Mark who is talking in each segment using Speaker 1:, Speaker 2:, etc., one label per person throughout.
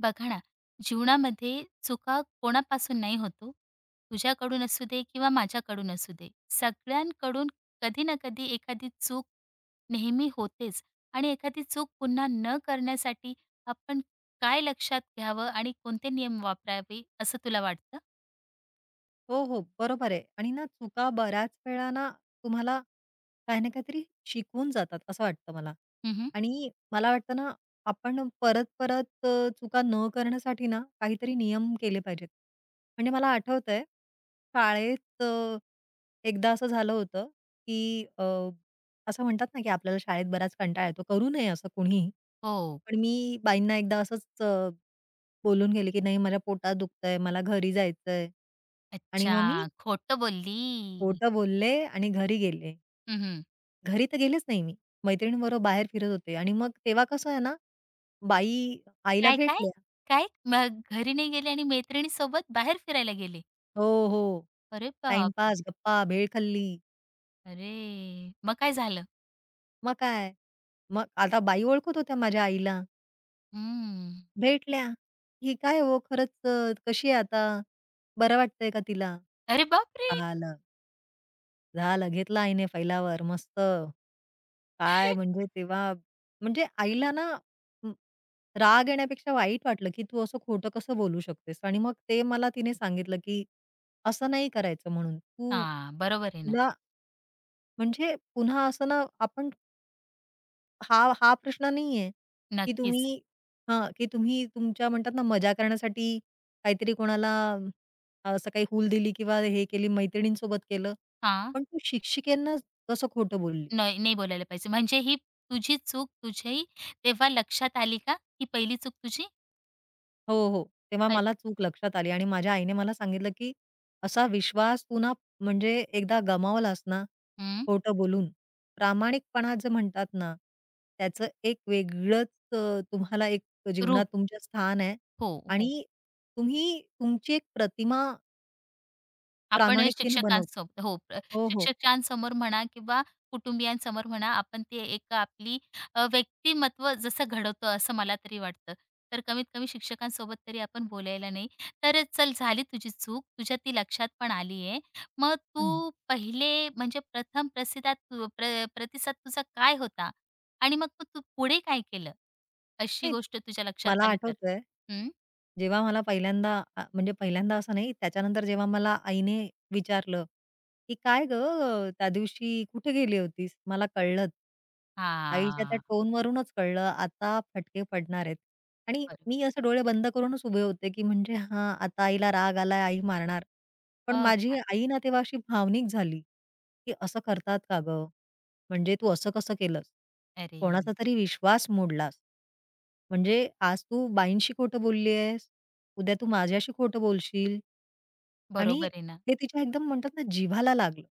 Speaker 1: बघा ना, जीवनामध्ये चुका कोणापासून नाही होतो. तुझ्याकडून असू दे किंवा माझ्याकडून असू दे, सगळ्यांकडून कधी ना कधी एखादी चूक नेहमी होतेच आणि एखादी चूक पुन्हा न करण्यासाठी आपण काय लक्षात घ्यावं आणि कोणते नियम वापरावे असं तुला वाटतं?
Speaker 2: हो, हो. बरोबर आहे. आणि ना चुका बऱ्याच वेळा ना तुम्हाला काही ना काहीतरी शिकवून जातात असं वाटतं मला.
Speaker 1: हं,
Speaker 2: आणि मला वाटतं ना आपण परत-परत चुका न करण्यासाठी ना काहीतरी नियम केले पाहिजेत. म्हणजे मला आठवतंय शाळेत एकदा असं झालं होतं, की असं म्हणतात ना, की आपल्याला शाळेत बराच कंटाळा येतो. करू नये असं कुणीही.
Speaker 1: हो.
Speaker 2: पण मी बाईंना एकदा असंच बोलून गेले, की "नाही मला पोटात दुखतंय, मला घरी जायचंय." आणि
Speaker 1: अच्छा,
Speaker 2: मग मी
Speaker 1: खोटं बोलली.
Speaker 2: खोटं बोलले आणि घरी गेले.
Speaker 1: हं.
Speaker 2: घरी तर गेलेच नाही मी. मैत्रिणींबरोबर बाहेर फिरत होते आणि मग तेव्हा कसं आहे ना, बाई आईला
Speaker 1: काय, काय?
Speaker 2: भेटल्या.
Speaker 1: काय? मग घरी नाही गेले आणि मैत्रिणीसोबत बाहेर फिरायला गेले.
Speaker 2: हो, हो.
Speaker 1: अरे बापरे!
Speaker 2: टाईमपास, गप्पा, भेळ खाल्ली.
Speaker 1: अरे, मग काय झालं?
Speaker 2: मग काय? मग आता बाई ओळखत होत्या माझ्या आईला.
Speaker 1: हम्म.
Speaker 2: भेटल्या. "ही काय हो खरंच कशी आहे आता? बरं वाटतंय का तिला?"
Speaker 1: अरे बापरे!
Speaker 2: झालं, झालं. घेतला आईने फैलावर मस्त. काय म्हणजे तेव्हा म्हणजे आईला ना म, राग येण्यापेक्षा वाईट वाटलं की तू असं खोटं कसं बोलू शकतेस आणि मग ते मला तिने सांगितलं की असं नाही करायचं म्हणून तू
Speaker 1: हां, बरोबर आहे ना.
Speaker 2: तुला म्हणजे पुन्हा असं ना आपण हा हा प्रश्न नाहीये की
Speaker 1: नक्कीच.
Speaker 2: तुम्ही हा की तुम्ही तुमच्या म्हणतात ना मजा करण्यासाठी काहीतरी कोणाला असं काही हूल दिली किंवा हे केली मैत्रिणींसोबत केलं
Speaker 1: हां.
Speaker 2: पण तू शिक्षिकेंना कसं खोटं बोलली.
Speaker 1: नाही, नाही बोलायला पाहिजे. म्हणजे ही तुझी चूक तुझी तेव्हा लक्षात आली का? ही पहिली चूक तुझी?
Speaker 2: हो, हो. तेव्हा
Speaker 1: अ
Speaker 2: मला चूक लक्षात आली आणि माझ्या आईने मला सांगितलं, की "असा विश्वास तू ना म्हणजे एकदा गमावलास ना
Speaker 1: हं.
Speaker 2: खोटं बोलून, प्रामाणिकपणा जे म्हणतात ना, त्याचं एक वेगळंच तुम्हाला एक जीवनात
Speaker 1: रूप.
Speaker 2: तुमचं स्थान आहे
Speaker 1: हो, हो.
Speaker 2: आणि तुम्ही तुमची एक प्रतिमा
Speaker 1: आपण
Speaker 2: प्रामाणिकतेने बनवता."
Speaker 1: शिक्षकांसोबत हो,
Speaker 2: हो, हो.
Speaker 1: शिक्षकांसमोर म्हणा किंवा कुटुंबियांसमोर म्हणा, आपण ते एक आपली व्यक्तिमत्व जसं घडवतो असं मला तरी वाटतं. तर कमीत कमी शिक्षकांसोबत तरी आपण बोलायला नाही. तर चल झाली तुझी चूक, तुझ्या ती लक्षात पण आली आहे. मग
Speaker 2: हं.
Speaker 1: तू पहिले म्हणजे प्रथम प्रसिदात तू प्रतिसाद तुझा काय होता? आणि मग तू तू पुढे काय केलं? अशी
Speaker 2: नाही,
Speaker 1: गोष्ट तुझ्या लक्षात
Speaker 2: मला
Speaker 1: आली तर?
Speaker 2: आठवतंय
Speaker 1: हं.
Speaker 2: जेव्हा मला पहिल्यांदा म्हणजे पहिल्यांदा असं नाही, त्याच्यानंतर जेव्हा मला आईने विचारलं, की "काय गं, त्या दिवशी कुठे गेली होतीस?" मला कळलंच. आईच्या त्या
Speaker 1: हां,
Speaker 2: टोनवरूनच कळलं, आता फटके पडणार आहेत. आणि
Speaker 1: बरोबर.
Speaker 2: मी असं डोळे बंद करूनच उभे होते, की म्हणजे हां, आता आईला राग आलाय, आई मारणार. पण
Speaker 1: हो
Speaker 2: माझी
Speaker 1: का?
Speaker 2: आई ना तेव्हा अशी भावनिक झाली, की "असं करतात का गं?" म्हणजे तू असं कसं केलंस?
Speaker 1: अरे!
Speaker 2: कोणाचा तरी विश्वास मोडलास. म्हणजे आज तू बाईंशी खोटं बोलली आहेस, उद्या तू माझ्याशी खोटं बोलशील. आणि
Speaker 1: बरोबर आहे ना.
Speaker 2: हे तिच्या एकदम म्हणतात ना, जिव्हाला लागलं.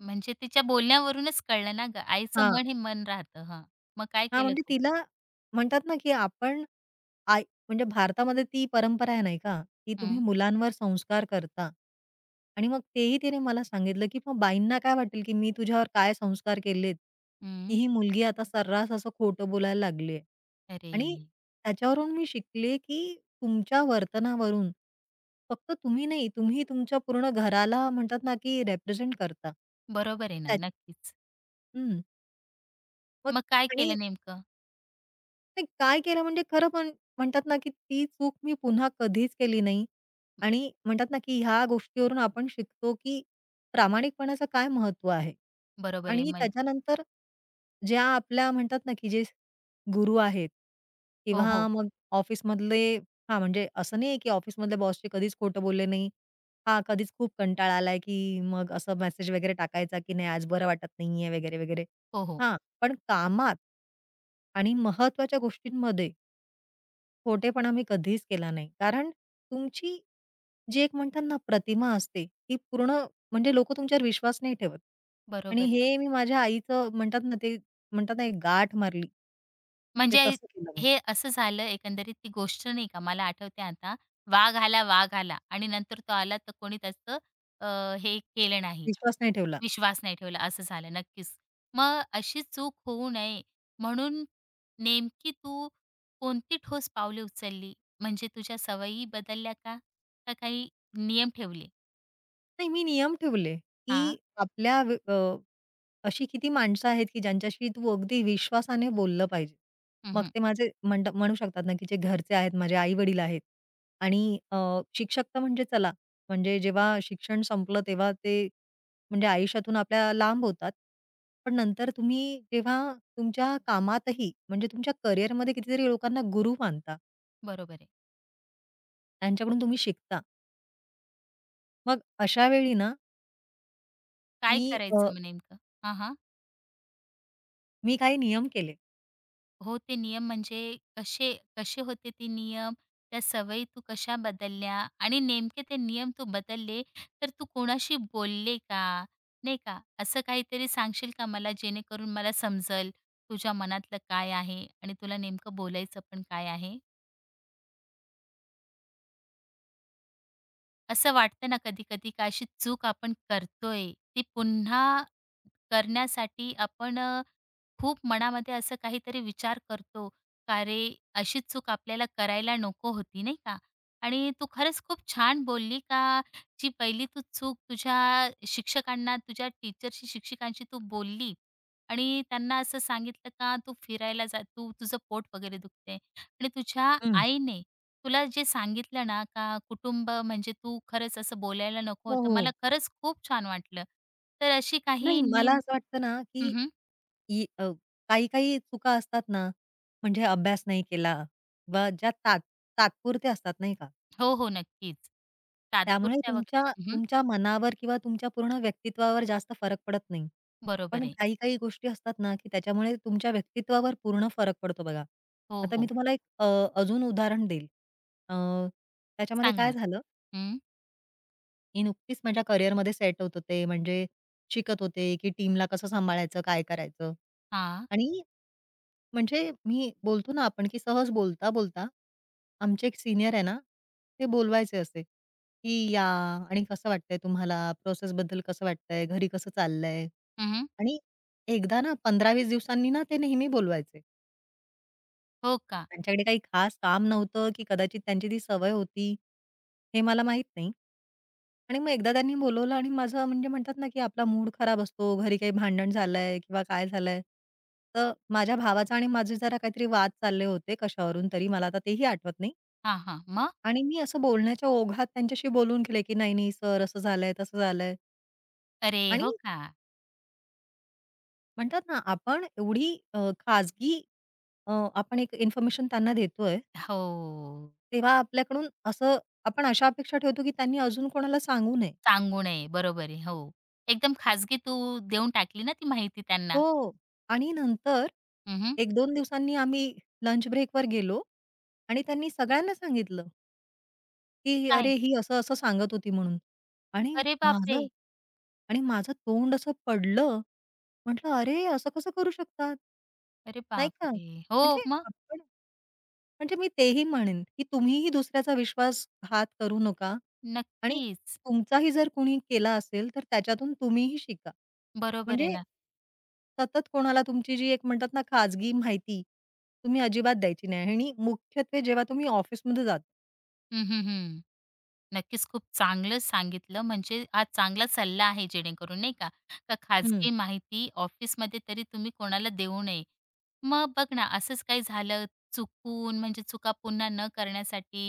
Speaker 1: म्हणजे तिच्या बोलण्यावरूनच कळलं ना गं, आईचं
Speaker 2: हां.
Speaker 1: मन हे मन राहतं. हां. मग काय
Speaker 2: हां,
Speaker 1: केलं
Speaker 2: म्हणजे
Speaker 1: तू?
Speaker 2: तिला म्हणतात ना, की आपण आई म्हणजे भारतामध्ये ती परंपरा आहे नाही का, की तुम्ही
Speaker 1: हं,
Speaker 2: मुलांवर संस्कार करता. आणि मग तेही तिने मला सांगितलं, की मग बाईंना काय वाटेल, की मी तुझ्यावर काय संस्कार केलेत, की
Speaker 1: हं.
Speaker 2: ही मुलगी आता सर्रास असं खोटं बोलायला लागली आहे.
Speaker 1: अरे!
Speaker 2: आणि त्याच्यावरून मी शिकले, की तुमच्या वर्तनावरून फक्त तुम्ही नाही, तुम्ही तुमच्या पूर्ण घराला म्हणतात ना, की रिप्रेझेंट करता.
Speaker 1: बरोबर आहे ना,
Speaker 2: त्या
Speaker 1: नक्कीच.
Speaker 2: हं. मग
Speaker 1: मग काय
Speaker 2: आणि
Speaker 1: केलं नेमकं?
Speaker 2: नाही, काय केलं म्हणजे खरं पण म्हणतात ना, की ती चूक मी पुन्हा कधीच केली नाही आणि म्हणतात ना, की ह्या गोष्टीवरून आपण शिकतो, की प्रामाणिकपणाचं काय महत्त्व आहे
Speaker 1: बरोबर आहे.
Speaker 2: आणि त्याच्यानंतर ज्या आपल्या म्हणतात ना, की जे गुरु आहेत
Speaker 1: हो,
Speaker 2: किंवा
Speaker 1: हो.
Speaker 2: मग ऑफिसमधले. हां, म्हणजे असं नाही आहे, की ऑफिसमधल्या बॉसशी कधीच खोटं बोलले नाही. हां, कधीच खूप कंटाळा आलाय, की मग असं मेसेज वगैरे टाकायचा, की "नाही, आज बरं वाटत नाहीये" वगैरे, वगैरे.
Speaker 1: हो, हो.
Speaker 2: हां, पण कामात आणि महत्त्वाच्या गोष्टींमध्ये खोटेपणा मी कधीच केला नाही. कारण तुमची जी एक म्हणतात ना प्रतिमा असते, ती पूर्ण म्हणजे लोकं तुमच्यावर विश्वास नाही ठेवत. आणि
Speaker 1: बरोबर आहे.
Speaker 2: हे मी माझ्या आईचं म्हणतात ना ते म्हणतात ना एक गाठ मारली. ते
Speaker 1: म्हणजे
Speaker 2: तसं केलं मी.
Speaker 1: हे असं झालं एकंदरीत ती गोष्ट नाही का मला आठवते आता, वाघ आला, वाघ आला आणि नंतर तो आला तर कोणी त्याचं हे केलं नाही.
Speaker 2: विश्वास नाही ठेवला.
Speaker 1: विश्वास नाही ठेवला असं झालं नक्कीच. मग अशी चूक होऊ नये म्हणून नेमकी तू कोणती ठोस पावले उचलली? म्हणजे तुझ्या सवयी बदलल्या का? का काही नियम ठेवले?
Speaker 2: नाही, मी नियम ठेवले, की
Speaker 1: हां.
Speaker 2: आपल्या अशी किती माणसं आहेत, की ज्यांच्याशी तू अगदी विश्वासाने बोललं पाहिजे.
Speaker 1: हं,
Speaker 2: मग
Speaker 1: हं.
Speaker 2: ते माझे म्हणू शकतात ना, की जे घरचे आहेत, माझे आई-वडील आहेत आणि शिक्षक तर म्हणजे चला, म्हणजे जेव्हा शिक्षण संपलं तेव्हा ते म्हणजे आयुष्यातून आपल्या लांब होतात. पण नंतर तुम्ही जेव्हा तुमच्या कामातही म्हणजे तुमच्या करिअरमध्ये कितीतरी लोकांना गुरु मानता,
Speaker 1: बरोबर आहे.
Speaker 2: त्यांच्याकडून तुम्ही शिकता. मग अशा वेळी ना,
Speaker 1: काय
Speaker 2: मी अ,
Speaker 1: करायचं मग नेमकं? हां,
Speaker 2: मी काही नियम केले.
Speaker 1: हो, ते नियम म्हणजे कसे कसे होते ते नियम? त्या सवयी तू कशा बदलल्या? आणि नेमके ते नियम तू बदलले, तर तू कोणाशी बोलले का? नाही का? असं काहीतरी सांगशील का मला, जेणेकरून मला समजेल तुझ्या मनातलं काय आहे आणि तुला नेमकं बोलायचं पण काय आहे? असं वाटतं ना कधी-कधी का अशी चूक आपण करतोय, ती पुन्हा करण्यासाठी आपण खूप मनामध्ये असं काहीतरी विचार करतो. का रे, अशी चूक आपल्याला करायला नको होती, नाही का? आणि तू खरंच खूप छान बोलली का जी पहिली तू चूक तुझ्या शिक्षकांना, तुझ्या टीचरशी, शिक्षिकांशी तू बोलली आणि त्यांना असं सांगितलं का तू फिरायला जा, तू तुझं पोट वगैरे दुखते आणि तुझ्या
Speaker 2: हं.
Speaker 1: आईने तुला जे सांगितलं ना का कुटुंब म्हणजे तू खरंच असं बोलायला नको
Speaker 2: हो,
Speaker 1: होतं. मला
Speaker 2: हो.
Speaker 1: खरंच खूप छान वाटलं. तर अशी
Speaker 2: नाही,
Speaker 1: काही
Speaker 2: मला
Speaker 1: नियम.
Speaker 2: असं वाटतं ना, की
Speaker 1: हं, हं.
Speaker 2: ही काही-काही चुका असतात ना, म्हणजे अभ्यास नाही केला किंवा ज्या तात्पुरत्या असतात नाही का?
Speaker 1: हो, हो. नक्कीच.
Speaker 2: त्यामुळे
Speaker 1: तात्पुरत्या
Speaker 2: तुमच्या
Speaker 1: वगैरे. हं, हं.
Speaker 2: तुमच्या मनावर किंवा तुमच्या पूर्ण व्यक्तित्वावर जास्त फरक पडत नाही.
Speaker 1: बरोबर
Speaker 2: पण
Speaker 1: आहे.
Speaker 2: काही-काही गोष्टी असतात ना, की त्याच्यामुळे तुमच्या व्यक्तित्वावर पूर्ण फरक पडतो बघा.
Speaker 1: हो,
Speaker 2: आता मी
Speaker 1: हो.
Speaker 2: तुम्हाला एक अजून उदाहरण देईल. अ, त्याच्यामध्ये
Speaker 1: सांगा
Speaker 2: काय
Speaker 1: ना.
Speaker 2: झालं,
Speaker 1: हं.
Speaker 2: मी नुकतीच माझ्या करिअरमध्ये सेट होत होते. म्हणजे शिकत होते, की टीमला कसं सांभाळायचं, काय करायचं?
Speaker 1: हां.
Speaker 2: आणि म्हणजे मी बोलतो ना आपण, की सहज बोलता-बोलता आमचे एक सीनियर आहे ना, ते बोलवायचे असे, की "या आणि कसं वाटतंय तुम्हाला? प्रोसेसबद्दल कसं वाटतंय? घरी कसं चाललंय?"
Speaker 1: हं, हं.
Speaker 2: आणि एकदा ना 15-20 दिवसांनी ना ते नेहमी बोलवायचे.
Speaker 1: हो का?
Speaker 2: त्यांच्याकडे काही खास काम नव्हतं, की कदाचित त्यांची ती सवय होती, हे मला माहीत नाही. आणि मग एकदा त्यांनी बोलवलं आणि माझं म्हणजे म्हणतात ना, की आपला मूड खराब असतो, घरी काही भांडण झालंय किंवा काय झालंय. तर माझ्या भावाचा आणि माझे जरा काहीतरी वाद चालले होते कशावरून तरी, मला आता तेही आठवत नाही.
Speaker 1: हां, हां. मग?
Speaker 2: आणि मी असं बोलण्याच्या ओघात त्यांच्याशी बोलून गेले, की "नाही, नाही सर असं झालंय, तसं झालंय."
Speaker 1: अरे, हो
Speaker 2: आणि
Speaker 1: का?
Speaker 2: म्हणतात ना, आपण एवढी खाजगी आपण एक इन्फॉर्मेशन त्यांना देतोय,
Speaker 1: हो.
Speaker 2: तेव्हा आपल्याकडून असं आपण अशा अपेक्षा ठेवतो, की त्यांनी अजून कोणाला सांगू नये.
Speaker 1: सांगू नये. बरोबर आहे. हो. एकदम खाजगी तू देऊन टाकली ना ती माहिती त्यांना.
Speaker 2: हो. आणि नंतर
Speaker 1: हं, हं.
Speaker 2: एक 2 दिवसांनी आम्ही लंच ब्रेकवर गेलो आणि त्यांनी सगळ्यांना सांगितलं, की "अरे,
Speaker 1: काय?
Speaker 2: ही असं-असं सांगत होती" म्हणून. आणि
Speaker 1: अरे
Speaker 2: माझं
Speaker 1: बापरे!
Speaker 2: आणि माझं तोंड असं पडलं. म्हटलं, "अरे, असं कसं करू शकतात?"
Speaker 1: अरे
Speaker 2: नाही का?
Speaker 1: बापरे! हो,
Speaker 2: म्हणजे
Speaker 1: मग?
Speaker 2: आपण म्हणजे मी तेही म्हणेन, की तुम्हीही दुसऱ्याचा विश्वासघात करू नका आणि
Speaker 1: नक्कीच.
Speaker 2: तुमचाही जर कुणी केला असेल, तर त्याच्यातून तुम्हीही शिका.
Speaker 1: बरोबर आहे
Speaker 2: म्हणजे
Speaker 1: ना.
Speaker 2: सतत कोणाला तुमची जी एक म्हणतात ना, खाजगी माहिती तुम्ही अजिबात द्यायची नाही आणि मुख्यत्वे जेव्हा तुम्ही ऑफिसमध्ये जाता.
Speaker 1: हं, हं, हं. नक्कीच खूप चांगलं सांगितलं म्हणजे हा चांगला सल्ला आहे जेणेकरून नाही का का
Speaker 2: हं.
Speaker 1: खाजगी माहिती ऑफिसमध्ये तरी तुम्ही कोणाला देऊ नये. मग बघ ना असंच काही झालं चुकून म्हणजे चुका पुन्हा न करण्यासाठी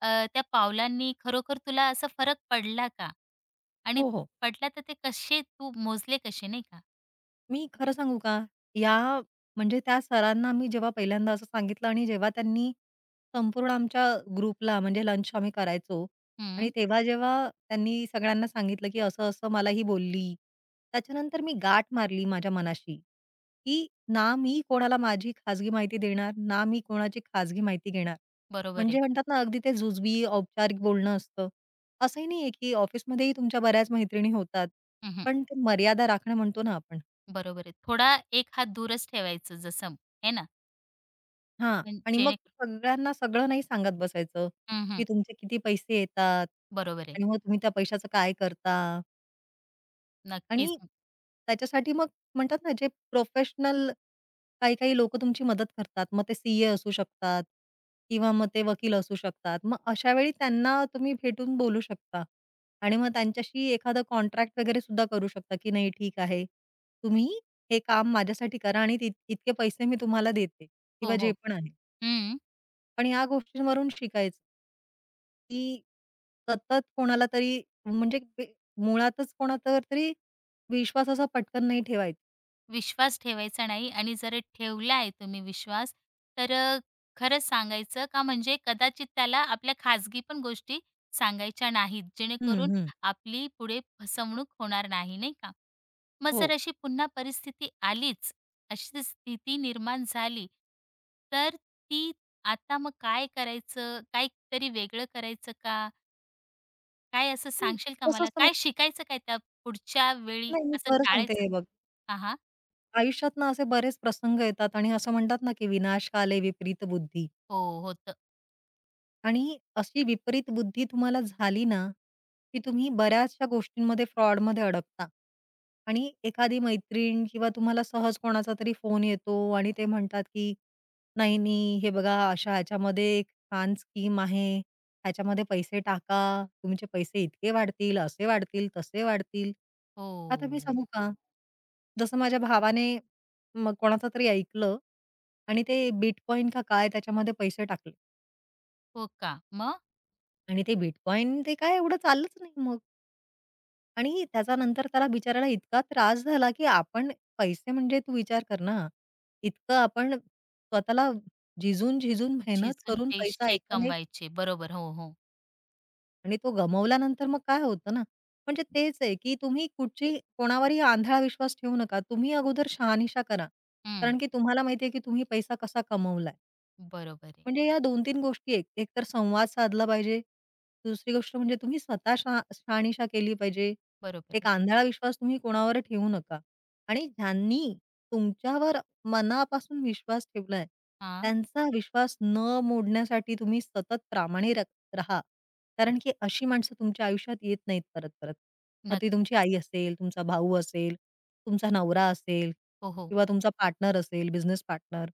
Speaker 1: अ, त्या पावलांनी खरोखर तुला असा फरक पडला का? आणि
Speaker 2: हो, हो.
Speaker 1: पडला तर ते कसे तू मोजले कसे नाही का?
Speaker 2: मी खरं सांगू का? या म्हणजे त्या सरांना मी जेव्हा पहिल्यांदा असं सांगितलं आणि जेव्हा त्यांनी संपूर्ण आमच्या ग्रुपला म्हणजे लंच आम्ही करायचो आणि
Speaker 1: हं,
Speaker 2: तेव्हा जेव्हा त्यांनी सगळ्यांना सांगितलं, की असं-असं मला ही बोलली. त्याच्यानंतर मी गाठ मारली माझ्या मनाशी, की ना मी कोणाला माझी खाजगी माहिती देणार, ना मी कोणाची खाजगी माहिती घेणार.
Speaker 1: बरोबर
Speaker 2: म्हणजे
Speaker 1: आहे.
Speaker 2: म्हणतात ना अगदी ते जुजबी, औपचारिक बोलणं असतं. असंही नाहीये, की ऑफिसमध्येही तुमच्या बऱ्याच मैत्रिणी होतात.
Speaker 1: हं, हं.
Speaker 2: पण ते मर्यादा राखणं म्हणतो ना आपण.
Speaker 1: बरोबर आहे. थोडा एक हात दूरच ठेवायचं जसं आहे ना?
Speaker 2: हां.
Speaker 1: म्हणजे
Speaker 2: आणि मग
Speaker 1: जेणेकरून.
Speaker 2: सगळ्यांना सगळं नाही सांगत बसायचं,
Speaker 1: हं,
Speaker 2: की
Speaker 1: हं.
Speaker 2: तुमचे किती पैसे येतात
Speaker 1: बरोबर आहे.
Speaker 2: आणि मग तुम्ही त्या पैशाचं काय करता आणि
Speaker 1: नक्कीच.
Speaker 2: त्याच्यासाठी मग म्हणतात ना, जे प्रोफेशनल काही-काही लोकं तुमची मदत करतात. मग ते सीए असू शकतात किंवा मग ते वकील असू शकतात. मग अशा वेळी त्यांना तुम्ही भेटून बोलू शकता आणि मग त्यांच्याशी एखादं कॉन्ट्रॅक्ट वगैरे सुद्धा करू शकता, की नाही ठीक आहे. तुम्ही हे काम माझ्यासाठी करा आणि इतके पैसे मी तुम्हाला देते किंवा
Speaker 1: हो,
Speaker 2: जे
Speaker 1: हो.
Speaker 2: पण आहे.
Speaker 1: हं.
Speaker 2: पण ह्या गोष्टींवरून शिकायचं, की सतत कोणाला तरी म्हणजे मुळातच कोणावर तरी विश्वास असा पटकन नाही ठेवायचा.
Speaker 1: विश्वास ठेवायचा नाही आणि जर ठेवला ठेवलाय तुम्ही विश्वास, तर खरंच सांगायचं का म्हणजे कदाचित त्याला आपल्या खाजगी पण गोष्टी सांगायच्या नाहीत,
Speaker 2: हं,
Speaker 1: जेणेकरून
Speaker 2: हं.
Speaker 1: आपली पुढे फसवणूक होणार नाही, नाही का? मग जर
Speaker 2: हो.
Speaker 1: अशी पुन्हा परिस्थिती आलीच, अशी स्थिती निर्माण झाली, तर ती आता मग काय करायचं? काहीतरी वेगळं करायचं का? काय असं
Speaker 2: की
Speaker 1: सांगशील का
Speaker 2: कसं
Speaker 1: मला?
Speaker 2: असतं
Speaker 1: काय
Speaker 2: माहिती
Speaker 1: शिकायचं काय त्या पुढच्या वेळी
Speaker 2: नाही, मी
Speaker 1: असं
Speaker 2: खरं सांगते
Speaker 1: टाळायचं
Speaker 2: हे
Speaker 1: का?
Speaker 2: बघ,
Speaker 1: हां, हां.
Speaker 2: आयुष्यात ना असे बरेच प्रसंग येतात आणि असं म्हणतात ना, की विनाश काले विपरीत बुद्धी.
Speaker 1: हो, होतं.
Speaker 2: आणि अशी विपरीत बुद्धी तुम्हाला झाली ना, की तुम्ही बऱ्याचशा गोष्टींमध्ये फ्रॉडमध्ये अडकता. आणि एखादी मैत्रीण किंवा तुम्हाला सहज कोणाचा तरी फोन येतो आणि ते म्हणतात, की "नाही, नाही, हे बघा अशा ह्याच्यामध्ये एक छान स्कीम आहे. ह्याच्यामध्ये पैसे टाका. तुमचे पैसे इतके वाढतील, असे वाढतील, तसे वाढतील." आता मी
Speaker 1: हो.
Speaker 2: सांगू का? जसं माझ्या भावाने मग कोणाचं तरी ऐकलं आणि ते बिटकॉइन का काय त्याच्यामध्ये पैसे टाकले.
Speaker 1: हो का? मग?
Speaker 2: आणि ते बिटकॉइन ते काय एवढं चाललंच नाही मग. आणि त्याच्यानंतर त्याला बिचाऱ्याला इतका त्रास झाला, की आपण पैसे म्हणजे तू विचार कर ना, इतकं आपण स्वतःला झिजून-झिजून मेहनत
Speaker 1: झिजून
Speaker 2: करून पैसा
Speaker 1: पैसे
Speaker 2: एका ना,
Speaker 1: कमवायचे. बरोबर. हो, हो.
Speaker 2: आणि तो गमावल्यानंतर मग काय होतं ना, म्हणजे तेच आहे, की तुम्ही कुठची कोणावरही आंधळा विश्वास ठेवू नका. तुम्ही अगोदर शहानिशा करा.
Speaker 1: हं.
Speaker 2: कारण की तुम्हाला माहिती आहे, की तुम्ही पैसा कसा कमवलाय.
Speaker 1: बरोबर आहे.
Speaker 2: म्हणजे या 2-3 गोष्टी आहेत. एक तर संवाद साधला पाहिजे. दुसरी गोष्ट म्हणजे तुम्ही स्वतः शहानिशा केली पाहिजे.
Speaker 1: बरोबर
Speaker 2: एक
Speaker 1: आहे.
Speaker 2: आंधळा विश्वास तुम्ही कोणावर ठेवू नका आणि ज्यांनी तुमच्यावर मनापासून विश्वास ठेवलाय,
Speaker 1: हां.
Speaker 2: त्यांचा विश्वास न मोडण्यासाठी तुम्ही सतत प्रामाणिक राहा.
Speaker 1: अ,
Speaker 2: कारण की अशी माणसं तुमच्या आयुष्यात येत नाहीत परत-परत. मग ती तुमची
Speaker 1: नक्कीच.
Speaker 2: आई असेल, तुमचा भाऊ असेल, तुमचा नवरा असेल
Speaker 1: हो, हो.
Speaker 2: किंवा तुमचा पार्टनर असेल, बिझनेस पार्टनर.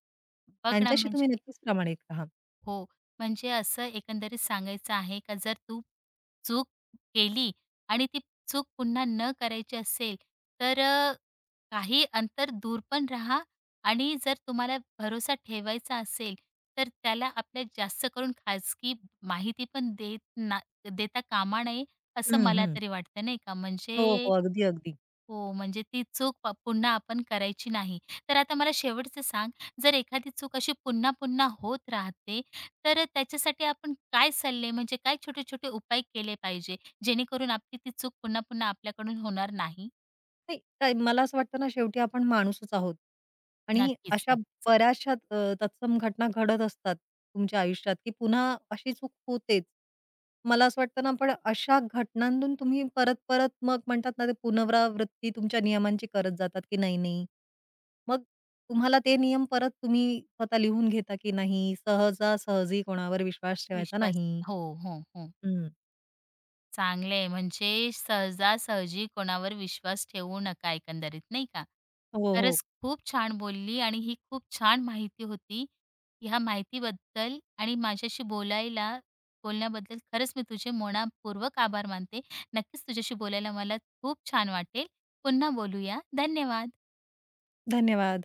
Speaker 1: बघ ना
Speaker 2: ह्यांच्याशी तुम्ही
Speaker 1: म्हणजे.
Speaker 2: नक्कीच प्रामाणिक राहा.
Speaker 1: हो. म्हणजे असं एकंदरीत सांगायचं आहे का जर तू चूक केली आणि ती चूक पुन्हा न करायची असेल, तर काही अंतर दूर पण राहा आणि जर तुम्हाला भरोसा ठेवायचा असेल, तर त्याला आपल्या जास्त करून खाजगी माहिती पण देता कामा नये, असं
Speaker 2: हं,
Speaker 1: मला
Speaker 2: हं.
Speaker 1: तरी वाटतं नाही का.
Speaker 2: हो,
Speaker 1: म्हणजे
Speaker 2: हो. अगदी, अगदी.
Speaker 1: हो, म्हणजे ती चूक पुन्हा आपण करायची नाही. तर आता मला शेवटचं सांग, जर एखादी चूक अशी पुन्हा-पुन्हा होत राहते, तर त्याच्यासाठी आपण काय सल्ले म्हणजे काय छोटे-छोटे उपाय केले पाहिजे, जेणेकरून आपली ती चूक पुन्हा-पुन्हा आपल्याकडून होणार नाही?
Speaker 2: नाही, काय मला असं वाटतं ना, शेवटी आपण माणूसच आहोत आणि
Speaker 1: नक्कीच,
Speaker 2: अशा
Speaker 1: नक्की.
Speaker 2: बऱ्याचशा तत्सम घटना घडत असतात तुमच्या आयुष्यात, की पुन्हा अशी चूक होतेच. मला असं वाटतं ना, पण अशा घटनांतून तुम्ही परत-परत मग म्हणतात ना, ते पुनरावृत्ती तुमच्या नियमांची करत जातात, की नाही, नाही. मग तुम्हाला ते नियम परत तुम्ही स्वतः लिहून घेता, की नाही सहजासहजी कोणावर विश्वास ठेवायचा
Speaker 1: विश्वास
Speaker 2: नाही.
Speaker 1: हो, हो, हो.
Speaker 2: हं.
Speaker 1: चांगलं आहे. म्हणजे सहजासहजी कोणावर विश्वास ठेवू नका एकंदरीत, नाही का?
Speaker 2: हो, हो.
Speaker 1: खरंच खूप छान बोलली आणि ही खूप छान माहिती होती. ह्या माहितीबद्दल आणि माझ्याशी बोलण्याबद्दल खरंच मी तुझे मनःपूर्वक आभार मानते. नक्कीच तुझ्याशी बोलायला मला खूप छान वाटेल. पुन्हा बोलूया. धन्यवाद.
Speaker 2: धन्यवाद.